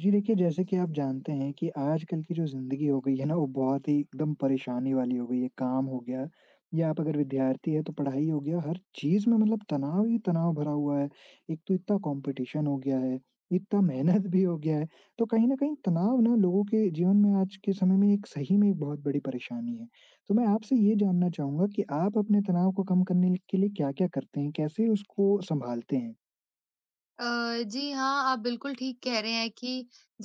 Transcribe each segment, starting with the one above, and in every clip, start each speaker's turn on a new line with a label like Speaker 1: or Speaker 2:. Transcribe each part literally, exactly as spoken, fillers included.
Speaker 1: जी देखिए, जैसे कि आप जानते हैं कि आजकल की जो ज़िंदगी हो गई है ना, वो बहुत ही एकदम परेशानी वाली हो गई है। काम हो गया या आप अगर विद्यार्थी हैं तो पढ़ाई हो गया, हर चीज़ में मतलब तनाव ही तनाव भरा हुआ है। एक तो इतना कॉम्पिटिशन हो गया है, इतना मेहनत भी हो गया है, तो कहीं न कहीं तनाव ना लोगों के जीवन में आज के समय में एक सही में एक बहुत बड़ी परेशानी है। तो मैं आपसे ये जानना चाहूँगा कि आप अपने तनाव को कम करने के लिए क्या-क्या करते हैं? कैसे उसको सँभालते हैं?
Speaker 2: अ, जी हाँ, आप बिल्कुल ठीक कह रहे हैं कि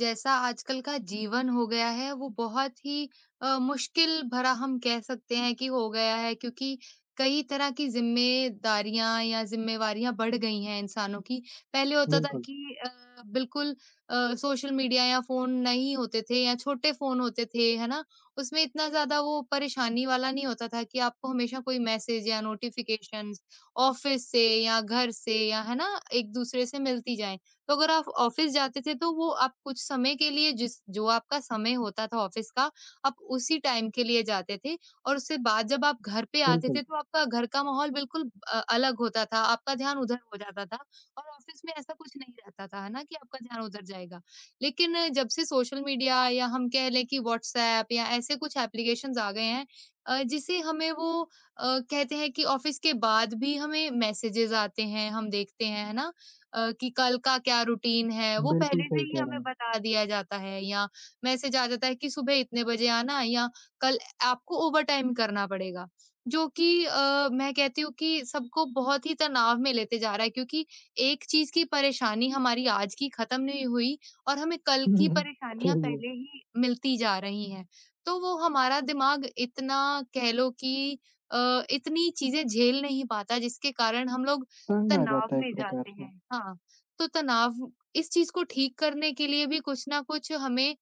Speaker 2: जैसा आजकल का जीवन हो गया है, वो बहुत ही अ, मुश्किल भरा हम कह सकते हैं कि हो गया है क्योंकि कई तरह की ज़िम्मेदारियाँ या ज़िम्मेवारियाँ बढ़ गई हैं इंसानों की। पहले होता था
Speaker 1: बिल्कुल,
Speaker 2: कि अ, बिल्कुल अ, सोशल मीडिया या फ़ोन नहीं होते थे या छोटे फ़ोन होते थे, है ना? उसमें इतना ज़्यादा वो परेशानी वाला नहीं होता था कि आपको हमेशा कोई मैसेज या नोटिफ़िकेशन ऑफ़िस से या घर से या है ना एक-दूसरे से मिलती जाएँ। तो अगर आप ऑफ़िस जाते थे तो वो आप कुछ समय के लिए जिस जो आपका समय होता था ऑफ़िस का, आप उसी टाइम के लिए जाते थे और उसके बाद जब आप घर पे आते
Speaker 1: बिल्कुल।
Speaker 2: थे तो आपका घर का माहौल बिल्कुल अ, अलग होता था, आपका ध्यान उधर हो जाता था और ऑफ़िस में ऐसा कुछ नहीं रहता था, है ना कि आपका ध्यान उधर जाएगा। लेकिन अ, जब से सोशल मीडिया या हम कह लें कि व्हाट्सऐप या ऐसे कुछ एप्लीकेशंस आ गए हैं, अ, जिससे हमें वो अ, कहते हैं कि ऑफिस के बाद भी हमें मैसेजेस आते हैं, हम देखते हैं, है ना? अ, कि कल का क्या रूटीन है, वो
Speaker 1: बिल्कुल,
Speaker 2: पहले से
Speaker 1: सही
Speaker 2: ही
Speaker 1: कह रहे
Speaker 2: हमें
Speaker 1: हैं।
Speaker 2: बता दिया जाता है या मैसेज आ जाता है कि सुबह इतने बजे आना या कल आपको ओवरटाइम करना पड़ेगा। जो कि अ, मैं कहती हूँ कि सबको बहुत ही तनाव में लेते जा रहा है क्योंकि एक चीज़ की परेशानी हमारी आज की ख़त्म नहीं हुई और हमें कल की
Speaker 1: हम्म,
Speaker 2: परेशानियाँ
Speaker 1: सही है,
Speaker 2: पहले ही मिलती जा रही हैं। तो वो हमारा दिमाग इतना, कह लो कि, अ, इतनी चीज़ें झेल नहीं पाता जिसके कारण हम लोग
Speaker 1: तंग आ
Speaker 2: तनाव
Speaker 1: जाता है एक
Speaker 2: में
Speaker 1: प्रकार
Speaker 2: जाते
Speaker 1: से।
Speaker 2: हैं। हाँ। तो तनाव इस चीज़ को ठीक करने के लिए भी कुछ न कुछ हमें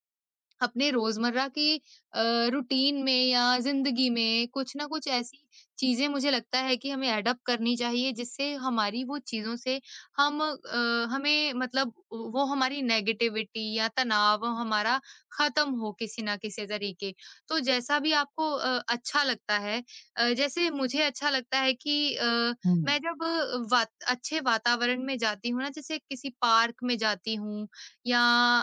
Speaker 2: अपने रोज़मर्रा की अ, रूटीन में या ज़िंदगी में कुछ ना कुछ ऐसी चीज़ें मुझे लगता है कि हमें एडॉप्ट करनी चाहिए जिससे हमारी वो चीज़ों से हम, अ, हमें मतलब वो हमारी नेगेटिविटी या तनाव हमारा ख़त्म हो किसी ना किसी तरीके। तो जैसा भी आपको अ, अच्छा लगता है, अ, जैसे मुझे अच्छा लगता है कि अ,
Speaker 1: हुँ,
Speaker 2: मैं जब वात अच्छे वातावरण में जाती हूँ ना, जैसे किसी पार्क में जाती हूँ या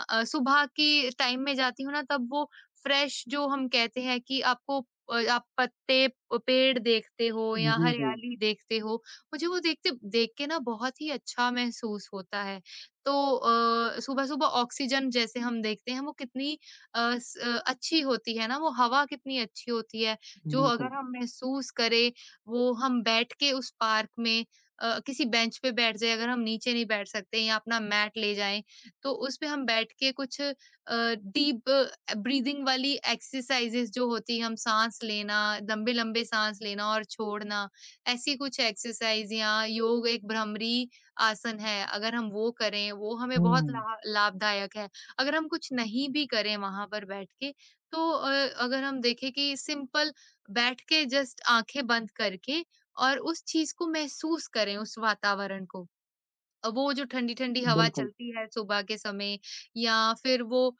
Speaker 2: अ, सुबह के टाइम में जाती हूँ ना तब वो फ्रेश, जो हम कहते हैं कि आपको अ, आप पत्ते प पेड़ देखते हो या
Speaker 1: जी, जी,
Speaker 2: हरियाली देखते हो, मुझे वो देखते देख के ना बहुत ही अच्छा महसूस होता है। तो अ, सुबह-सुबह ऑक्सीजन जैसे हम देखते हैं वो कितनी अ, स अ, अच्छी होती है ना, वो हवा कितनी अच्छी होती है, जो
Speaker 1: बिल्कुल।
Speaker 2: अगर हम महसूस करें, वो हम बैठ के उस पार्क में अ, किसी बेंच पे बैठ जाएँ, अगर हम नीचे नहीं बैठ सकते या अपना मैट ले जाएँ, तो उसपे हम बैठ के कुछ अ, डीप ब्रीदिंग वाली एक्सरसाइजेस जो होती है, हम साँस लेना, लंबे-लंबे साँस लेना और छोड़ना, ऐसी कुछ एक्सरसाइज या योग, एक भ्रामरी आसन है, अगर हम वो करें, वो हमें बहुत
Speaker 1: हुँ,
Speaker 2: ला लाभदायक है। अगर हम कुछ नहीं भी करें वहाँ पर बैठ के, तो अ, अगर हम देखें कि सिंपल बैठ के जस्ट आँखें बंद करके और उस चीज़ को महसूस करें, उस वातावरण को। अ, वो जो ठंडी-ठंडी हवा
Speaker 1: बिल्कुल।
Speaker 2: चलती है सुबह के समय या फिर वो अ,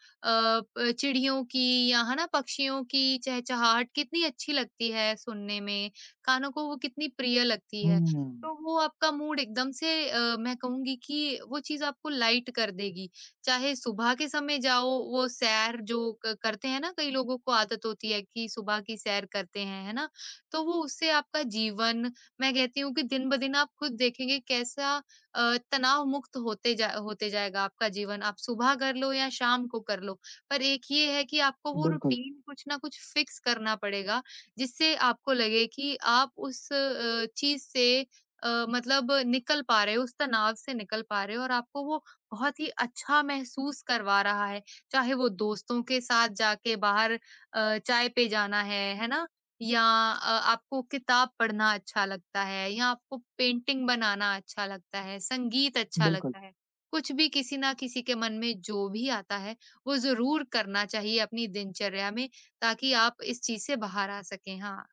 Speaker 2: प चिड़ियों की या है ना पक्षियों की चहचहाहट कितनी अच्छी लगती है सुनने में, कानों को वो कितनी प्रिय लगती है।
Speaker 1: हुँ,
Speaker 2: तो वो आपका मूड एकदम से, अ, मैं कहूँगी कि वो चीज़ आपको लाइट कर देगी। चाहे सुबह के समय जाओ वो सैर जो क करते हैं ना, कई लोगों को आदत होती है कि सुबह की सैर करते हैं, है ना? तो वो उससे आपका जीवन, मैं कहती हूँ कि दिन-ब-दिन आप खुद देखेंगे कैसा अ, तनाव मुक्त होते जा होते जाएगा आपका जीवन। आप सुबह कर लो या शाम को कर लो, पर एक ये है कि आपको वो
Speaker 1: बिल्कुल,
Speaker 2: रूटीन कुछ ना कुछ फिक्स करना पड़ेगा, जिससे आपको लगे कि आप उस अ, चीज़ से, अ, मतलब निकल पा रहे हो, उस तनाव से निकल पा रहे हो और आपको वो बहुत ही अच्छा महसूस करवा रहा है। चाहे वो दोस्तों के साथ जाके बाहर अ, चाय पे जाना है, है ना? या अ, आपको किताब पढ़ना अच्छा लगता है या आपको पेंटिंग बनाना अच्छा लगता है, संगीत अच्छा
Speaker 1: बिल्कुल।
Speaker 2: लगता है। कुछ भी किसी ना किसी के मन में जो भी आता है, वो ज़रूर करना चाहिए अपनी दिनचर्या में ताकि आप इस चीज़ से बाहर आ सकें। हाँ,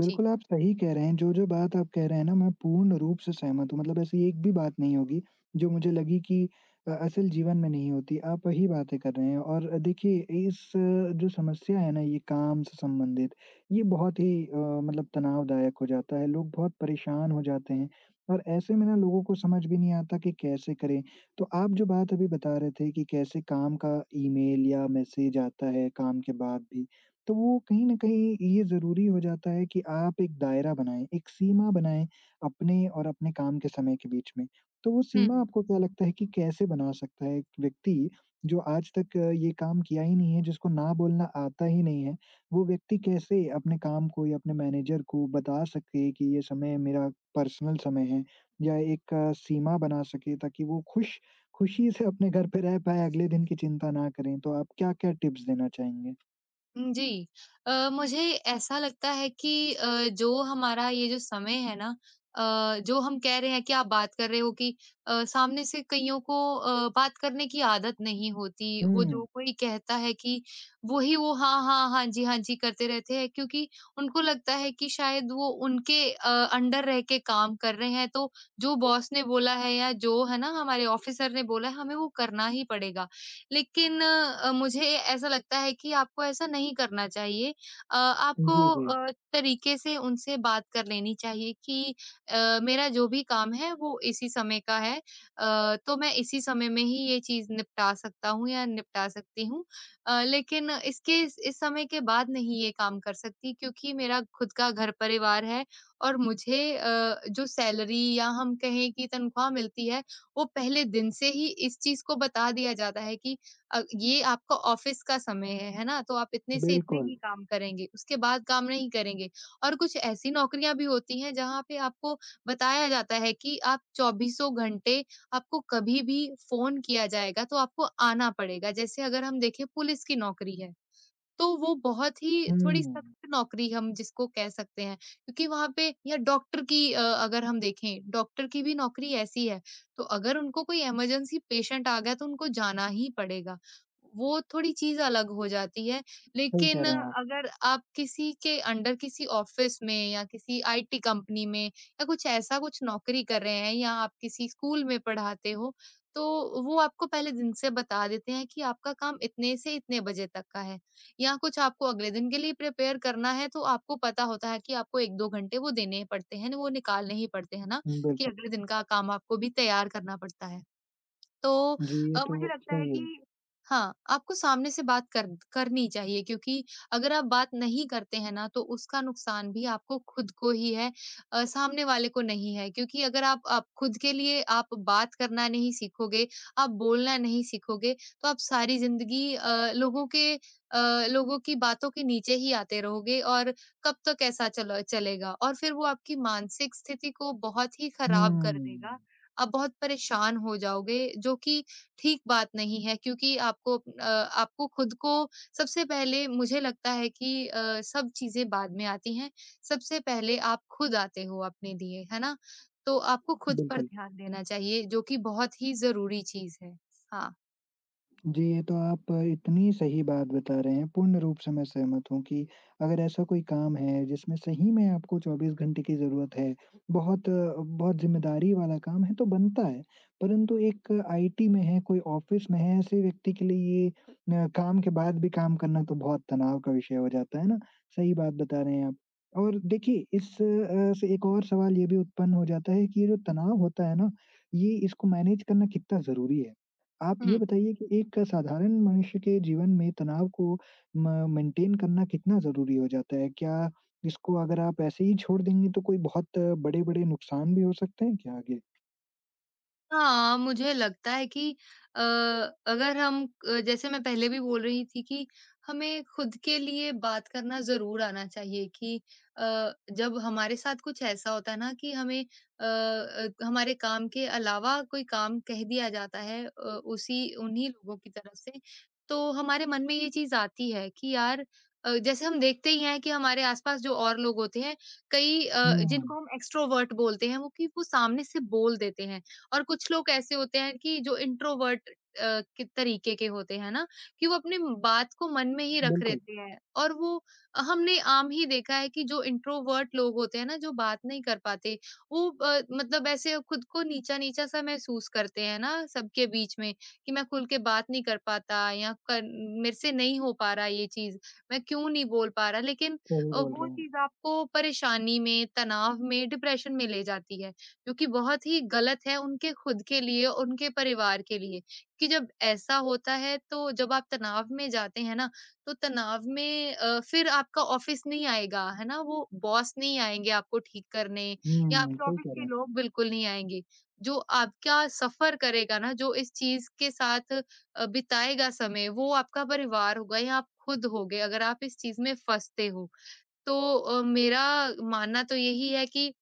Speaker 2: जी।
Speaker 1: आप सही कह रहे हैं। जो-जो बात आप कह रहे हैं ना, मैं पूर्ण रूप से सहमत हूँ। मतलब ऐसी एक भी बात नहीं होगी, जो मुझे लगी कि अ, असल जीवन में नहीं होती। आप वही बातें कर रहे हैं और देखिए, इस अ, जो समस्या है ना, ये काम से संबंधित, ये बहुत ही अ, मतलब तनावदायक हो जाता है। लोग बहुत परेशान हो जाते हैं और ऐसे में ना लोगों को समझ भी नहीं आता कि कैसे करें। तो आप जो बात अभी बता रहे थे कि कैसे काम का ईमेल या मैसेज आता है काम के बाद भी, तो वो कहीं न कहीं ये ज़रूरी हो जाता है कि आप एक दायरा बनाएँ, एक सीमा बनाएँ अपने और अपने काम के समय के बीच में। तो वो
Speaker 2: हुँ।
Speaker 1: सीमा आपको क्या लगता है कि कैसे बना सकता है एक व्यक्ति जो आज तक अ, ये काम किया ही नहीं है, जिसको ना बोलना आता ही नहीं है, वो व्यक्ति कैसे अपने काम को या अपने मैनेजर को बता सके कि ये समय मेरा पर्सनल समय है या एक अ, सीमा बना सके ताकि वो खुश खुशी से अपने घर पे रह पाएँ, अगले दिन की चिंता ना करें। तो आप क्या-क्या टिप्स देना चाहेंगे?
Speaker 2: हुँ, जी। अ, मुझे ऐसा लगता है कि अ, जो हमारा ये जो समय है ना, अ, जो हम कह रहे हैं कि आप बात कर रहे हो कि अ, सामने से कइयों को अ, बात करने की आदत नहीं होती। वो जो
Speaker 1: हुँ।
Speaker 2: कोई कहता है कि वही वो हाँ, हाँ, हाँ जी, हाँ जी करते रहते हैं क्योंकि उनको लगता है कि शायद वो उनके अ, अंडर रह के काम कर रहे हैं तो जो बॉस ने बोला है या जो है ना हमारे ऑफ़िसर ने बोला है हमें वो करना ही पड़ेगा। लेकिन अ, मुझे ऐसा लगता है कि आपको ऐसा नहीं करना चाहिए। अ, आपको
Speaker 1: जी, जी।
Speaker 2: अ, तरीके से उनसे बात कर लेनी चाहिए कि अ, मेरा जो भी काम है वो इसी समय का है, अ, तो मैं इसी समय में ही ये चीज़ निपटा सकता हूँ या निपटा सकती हूँ। अ, लेकिन इसके इस इस समय के बाद नहीं ये काम कर सकती क्योंकि मेरा खुद का घर-परिवार है और मुझे अ, जो सैलरी या हम कहें कि तनख्वाह मिलती है, वो पहले दिन से ही इस चीज़ को बता दिया जाता है कि अ, ये आपका ऑफ़िस का समय है, है ना? तो आप इतने से इतने
Speaker 1: बिल्कुल।
Speaker 2: ही काम करेंगे, उसके बाद काम नहीं करेंगे। और कुछ ऐसी नौकरियाँ भी होती हैं जहाँ पे आपको बताया जाता है कि आप चौबीसों घंटे आपको कभी भी फ़ोन किया जाएगा तो आपको आना पड़ेगा। जैसे अगर हम देखें पुलिस की नौकरी है। तो वो बहुत ही थोड़ी
Speaker 1: हुँ,
Speaker 2: सख्त नौकरी हम जिसको कह सकते हैं क्योंकि वहाँ पे या डॉक्टर की, अ, अगर हम देखें डॉक्टर की भी नौकरी ऐसी है। तो अगर उनको कोई इमरजेंसी पेशेंट आ गया तो उनको जाना ही पड़ेगा, वो थोड़ी चीज अलग हो जाती है।
Speaker 1: सही कह
Speaker 2: लेकिन
Speaker 1: रहे हैं आप।
Speaker 2: अगर आप किसी के अंडर किसी ऑफिस में या किसी आई टी कंपनी में या कुछ ऐसा कुछ नौकरी कर रहे हैं या आप किसी स्कूल में पढ़ाते हो तो वो आपको पहले दिन से बता देते हैं कि आपका काम इतने से इतने बजे तक का है, या कुछ आपको अगले दिन के लिए प्रिपेयर करना है तो आपको पता होता है कि आपको एक दो घंटे वो देने ही पड़ते हैं, वो निकालने ही पड़ते हैं ना,
Speaker 1: हुँ,
Speaker 2: कि
Speaker 1: बिल्कुल।
Speaker 2: अगले दिन का काम आपको भी तैयार करना पड़ता है। तो
Speaker 1: जी, ये
Speaker 2: अ,
Speaker 1: तो
Speaker 2: मुझे लगता है
Speaker 1: सही है।
Speaker 2: कि हाँ, आपको सामने से बात कर करनी चाहिए क्योंकि अगर आप बात नहीं करते हैं ना, तो उसका नुकसान भी आपको खुद को ही है, अ, सामने वाले को नहीं है। क्योंकि अगर आप आप खुद के लिए आप बात करना नहीं सीखोगे, आप बोलना नहीं सीखोगे, तो आप सारी ज़िंदगी अ, लोगों के अ, लोगों की बातों के नीचे ही आते रहोगे और कब तक ऐसा चल चलेगा और फिर वो आपकी मानसिक स्थिति को बहुत ही खराब कर
Speaker 1: हुँ,
Speaker 2: देगा। आप बहुत परेशान हो जाओगे, जो कि ठीक बात नहीं है क्योंकि आपको अप- अ, आपको खुद को सबसे पहले, मुझे लगता है कि, अ, सब चीज़ें बाद में आती हैं। सबसे पहले आप खुद आते हो अपने लिए, है ना? तो आपको खुद पर
Speaker 1: बिल्कुल।
Speaker 2: ध्यान देना चाहिए जो कि बहुत ही ज़रूरी चीज़ है। हाँ।
Speaker 1: जी, ये तो आप इतनी सही बात बता रहे हैं, पूर्ण रूप से मैं सहमत हूँ कि अगर ऐसा कोई काम है जिसमें सही में आपको चौबीस घंटे की ज़रूरत है, बहुत अ, बहुत ज़िम्मेदारी वाला काम है तो बनता है। परंतु एक आईटी में है, कोई ऑफ़िस में है, ऐसे व्यक्ति के लिए ये न काम के बाद भी काम करना तो बहुत तनाव का विषय हो जाता है ना? सही बात बता रहे हैं आप। और देखिए इस अ, से एक और सवाल ये भी उत्पन्न हो जाता है कि ये जो तनाव होता है ना, ये इसको मैनेज करना कितना ज़रूरी है? आप ये
Speaker 2: हुँ।
Speaker 1: बताइए कि एक साधारण मनुष्य के जीवन में तनाव को म मेंटेन करना कितना ज़रूरी हो जाता है? क्या इसको अगर आप ऐसे ही छोड़ देंगे तो कोई बहुत बड़े-बड़े नुकसान भी हो सकते हैं क्या आगे?
Speaker 2: हाँ, मुझे लगता है कि अ, अगर हम अ, जैसे मैं पहले भी बोल रही थी कि हमें खुद के लिए बात करना ज़रूर आना चाहिए कि अ, जब हमारे साथ कुछ ऐसा होता है ना कि हमें अ अ, हमारे काम के अलावा कोई काम कह दिया जाता है, अ, उसी उन्हीं लोगों की तरफ से, तो हमारे मन में ये चीज़ आती है कि यार, अ, जैसे हम देखते ही हैं कि हमारे आस-पास जो और लोग होते हैं, कई अ,
Speaker 1: हुँ,
Speaker 2: जिनको हम एक्स्ट्रोवर्ट बोलते हैं, वो कि वो सामने से बोल देते हैं। और कुछ लोग ऐसे होते हैं कि जो इंट्रोवर्ट अ, के तरीके के होते हैं ना कि वो अपनी बात को मन में ही रख
Speaker 1: बिल्कुल,
Speaker 2: लेते हैं। और वो, हमने आम ही देखा है कि जो इंट्रोवर्ट लोग होते हैं ना, जो बात नहीं कर पाते, वो अ, मतलब ऐसे खुद को नीचा नीचा सा महसूस करते हैं ना सबके बीच में, कि मैं खुल के बात नहीं कर पाता या कर, मेरे से नहीं हो पा रहा ये चीज, मैं क्यों नहीं बोल पा रहा, लेकिन
Speaker 1: सही
Speaker 2: अ,
Speaker 1: बोल
Speaker 2: वो
Speaker 1: रहे हैं।
Speaker 2: चीज आपको परेशानी में, तनाव में, डिप्रेशन में ले जाती है, जो कि बहुत ही गलत है उनके खुद के लिए और उनके परिवार के लिए। कि जब ऐसा होता है, तो जब आप तनाव में जाते हैं ना, तो तनाव में अ, फिर आपका ऑफ़िस नहीं आएगा, है ना? वो बॉस नहीं आएँगे आपको ठीक करने, या
Speaker 1: हुँ,
Speaker 2: आपके
Speaker 1: सही
Speaker 2: ऑफ़िस
Speaker 1: कह रहे
Speaker 2: के
Speaker 1: हैं।
Speaker 2: लोग बिल्कुल नहीं आएँगे। जो आपका सफ़र करेगा ना, जो इस चीज़ के साथ अ, बिताएगा समय, वो आपका परिवार होगा या आप खुद होगे अगर आप इस चीज़ में फँसते हो। तो अ, मेरा मानना तो यही है कि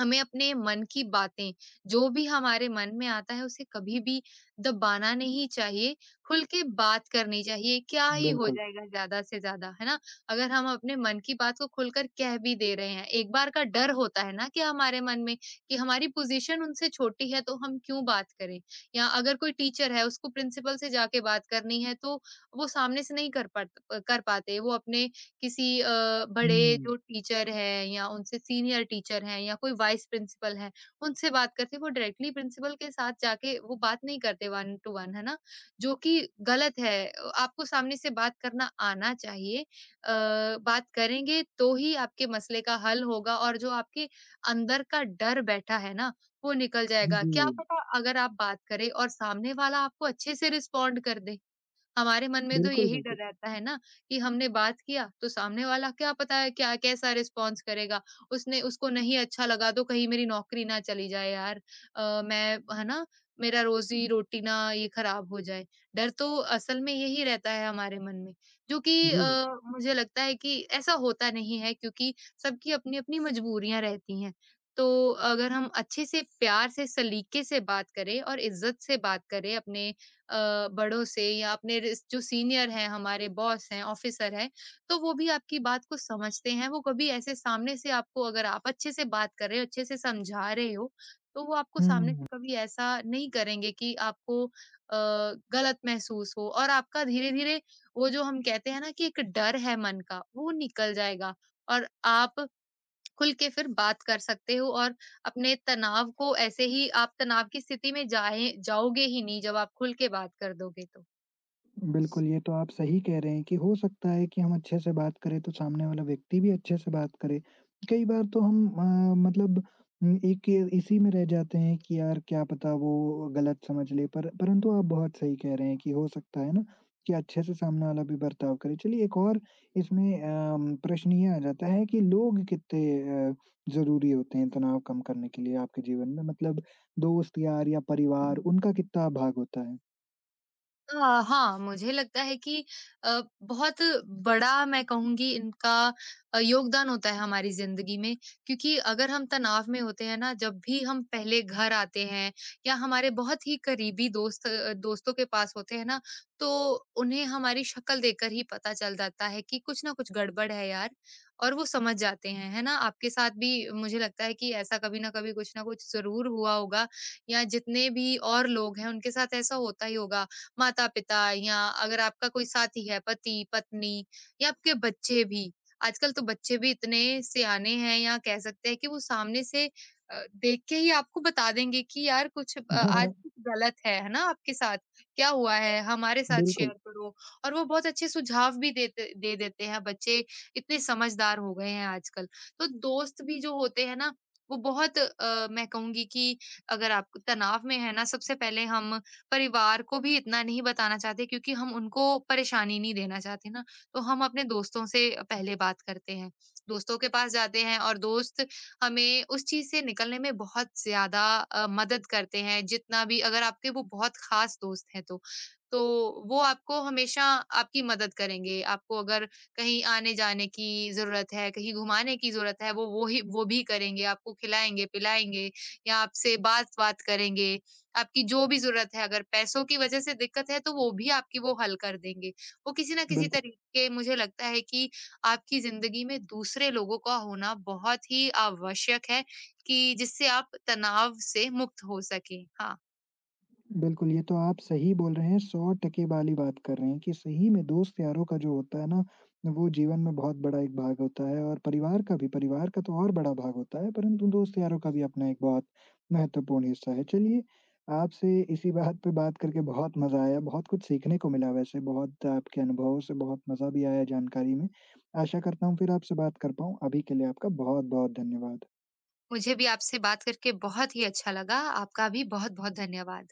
Speaker 2: हमें अपने मन की बातें, जो भी हमारे मन में आता है उसे कभी भी दबाना नहीं चाहिए, खुल के बात करनी चाहिए, क्या ही हो
Speaker 1: बिल्कुल।
Speaker 2: जाएगा ज़्यादा से ज़्यादा, है ना? अगर हम अपने मन की बात को खुलकर कह भी दे रहे हैं, एक बार का डर होता है ना कि हमारे मन में, कि हमारी पोज़ीशन उनसे छोटी है तो हम क्यों बात करें? या अगर कोई टीचर है उसको प्रिंसिपल से जाके बात करनी है, तो वो सामने से नहीं कर पात कर पाते, वो अपने किसी अ, बड़े जो
Speaker 1: हुँ,
Speaker 2: टीचर हैं या उनसे सीनियर टीचर हैं या कोई वाइस प्रिंसिपल है, उनसे बात करते हैं। वो डायरेक्टली प्रिंसिपल के साथ जाके वो बात नहीं करते वन टू वन, है ना? जो कि गलत है। अ, आपको सामने से बात करना आना चाहिए। अ, बात करेंगे तो ही आपके मसले का हल होगा, और जो आपके अंदर का डर बैठा है ना, वो निकल जाएगा।
Speaker 1: जी,
Speaker 2: क्या पता अगर आप बात करें और सामने वाला आपको अच्छे से रिस्पॉन्ड कर दे। हमारे मन में तो बिल्कुल
Speaker 1: बिल्कुल,
Speaker 2: यही डर
Speaker 1: बिल्कुल।
Speaker 2: रहता है ना, कि हमने बात किया तो सामने वाला क्या पता है क्या, कैसा रिस्पॉन्स करेगा, उसने, उसको नहीं अच्छा लगा तो कहीं मेरी नौकरी ना चली जाए यार, आ, मैं, है ना, मेरा रोजी रोटी ना ये खराब हो जाए। डर तो असल में यही रहता है हमारे मन में, जो कि
Speaker 1: जी,
Speaker 2: आ, मुझे लगता है कि ऐसा होता नहीं है, क्योंकि सबकी अपनी अपनी मजबूरियां रहती हैं। तो अगर हम अच्छे से, प्यार से, सलीके से बात करें और इज्जत से बात करें अपने अ, बड़ों से या अपने रिस जो सीनियर हैं, हमारे बॉस हैं, ऑफिसर हैं, तो वो भी आपकी बात को समझते हैं। वो कभी ऐसे सामने से आपको, अगर आप अच्छे से बात कर रहे हो, अच्छे से समझा रहे हो, तो वो आपको सामने से
Speaker 1: हुँ।
Speaker 2: कभी ऐसा नहीं करेंगे कि आपको अ, गलत महसूस हो। और आपका धीरे-धीरे वो जो हम कहते हैं ना कि एक डर है मन का, वो निकल जाएगा, और आप खुल के फिर बात कर सकते हो, और अपने तनाव को, ऐसे ही आप तनाव की स्थिति में जाए जाओगे ही नहीं जब आप खुल के बात कर दोगे तो।
Speaker 1: बिल्कुल, ये तो आप सही कह रहे हैं कि हो सकता है कि हम अच्छे से बात करें तो सामने वाला व्यक्ति भी अच्छे से बात करे। कई बार तो हम अ, मतलब उम, एक ये- इसी में रह जाते हैं कि यार क्या पता वो गलत समझ ले पर परंतु आप बहुत सही कह रहे हैं कि हो सकता है ना कि अच्छे से सामने वाला भी बर्ताव करे। चलिए एक और इसमें अम, प्रश्न ये आ जाता है कि लोग कितने अ, ज़रूरी होते हैं तनाव कम करने के लिए आपके जीवन में? मतलब दोस्त, यार या परिवार उनका कितना भाग होता है?
Speaker 2: अ, हाँ, मुझे लगता है कि अ, बहुत बड़ा मैं कहूँगी इनका अ, योगदान होता है हमारी ज़िंदगी में, क्योंकि अगर हम तनाव में होते हैं ना, जब भी हम पहले घर आते हैं या हमारे बहुत ही करीबी दोस्त, अ, दोस्तों के पास होते हैं ना, तो उन्हें हमारी शक्ल देखकर ही पता चल जाता है कि कुछ ना कुछ गड़बड़ है यार, और वो समझ जाते हैं, है ना? आपके साथ भी मुझे लगता है कि ऐसा कभी ना कभी कुछ ना कुछ ज़रूर हुआ होगा, या जितने भी और लोग हैं, उनके साथ ऐसा होता ही होगा। माता-पिता, या अगर आपका कोई साथी है, पति-पत्नी, या आपके बच्चे भी। आजकल तो बच्चे भी इतने सयाने हैं, या कह सकते हैं कि वो सामने से अ, देख के ही आपको बता देंगे कि यार कुछ अ, आज कुछ गलत है, है ना आपके साथ? क्या हुआ है? हमारे साथ शेयर
Speaker 1: बिल्कुल,
Speaker 2: करो। और वो बहुत अच्छे सुझाव भी देते दे देते हैं। बच्चे इतने समझदार हो गए हैं आजकल। तो दोस्त भी जो होते हैं ना, वो बहुत, अ, मैं कहूँगी कि अगर आप तनाव में है ना, सबसे पहले हम परिवार को भी इतना नहीं बताना चाहते क्योंकि हम उनको परेशानी नहीं देना चाहते ना, तो हम अपने दोस्तों से पहले बात करते हैं। दोस्तों के पास जाते हैं, और दोस्त हमें उस चीज़ से निकलने में बहुत ज़्यादा अ, मदद करते हैं, जितना भी, अगर आपके वो बहुत ख़ास दोस्त हैं तो। तो वो आपको हमेशा आपकी मदद करेंगे, आपको, अगर कहीं आने-जाने की ज़रूरत है, कहीं घुमाने की ज़रूरत है, वो वो ही वो भी करेंगे, आपको खिलाएँगे, पिलाएँगे, या आपसे बात-वात करेंगे। आपकी जो भी ज़रूरत है, अगर पैसों की वजह से दिक्कत है, तो वो भी आपकी वो हल कर देंगे। वो किसी न किसी
Speaker 1: बिल्कुल।
Speaker 2: तरीके, मुझे लगता है कि आपकी ज़िंदगी में दूसरे लोगों का होना बहुत ही आवश्यक है, कि जिससे आप तनाव से मुक्त हो सकें। हाँ,
Speaker 1: बिल्कुल, ये तो आप सही बोल रहे हैं, हंड्रेड परसेंट वाली बात कर रहे हैं कि सही में दोस्त-यारों का जो होता है ना, वो जीवन में बहुत बड़ा एक भाग होता है और परिवार का भी, परिवार का तो और बड़ा भाग होता है, परंतु दोस्त-यारों का भी अपना एक बहुत महत्वपूर्ण हिस्सा है। चलिए, आपसे इसी बात पे बात
Speaker 2: जी।
Speaker 1: करके बहुत मज़ा आया, बहुत कुछ सीखने को मिला वैसे, बहुत आपके अनुभवों से बहुत मज़ा भी आया जानकारी में। आशा करता हूँ फिर आपसे बात कर पाऊँ, अभी के लिए आपका बहुत-बहुत धन्यवाद।
Speaker 2: मुझे भी आपसे बात करके बहुत ही अच्छा लगा। आपका भी बहुत-बहुत धन्यवाद।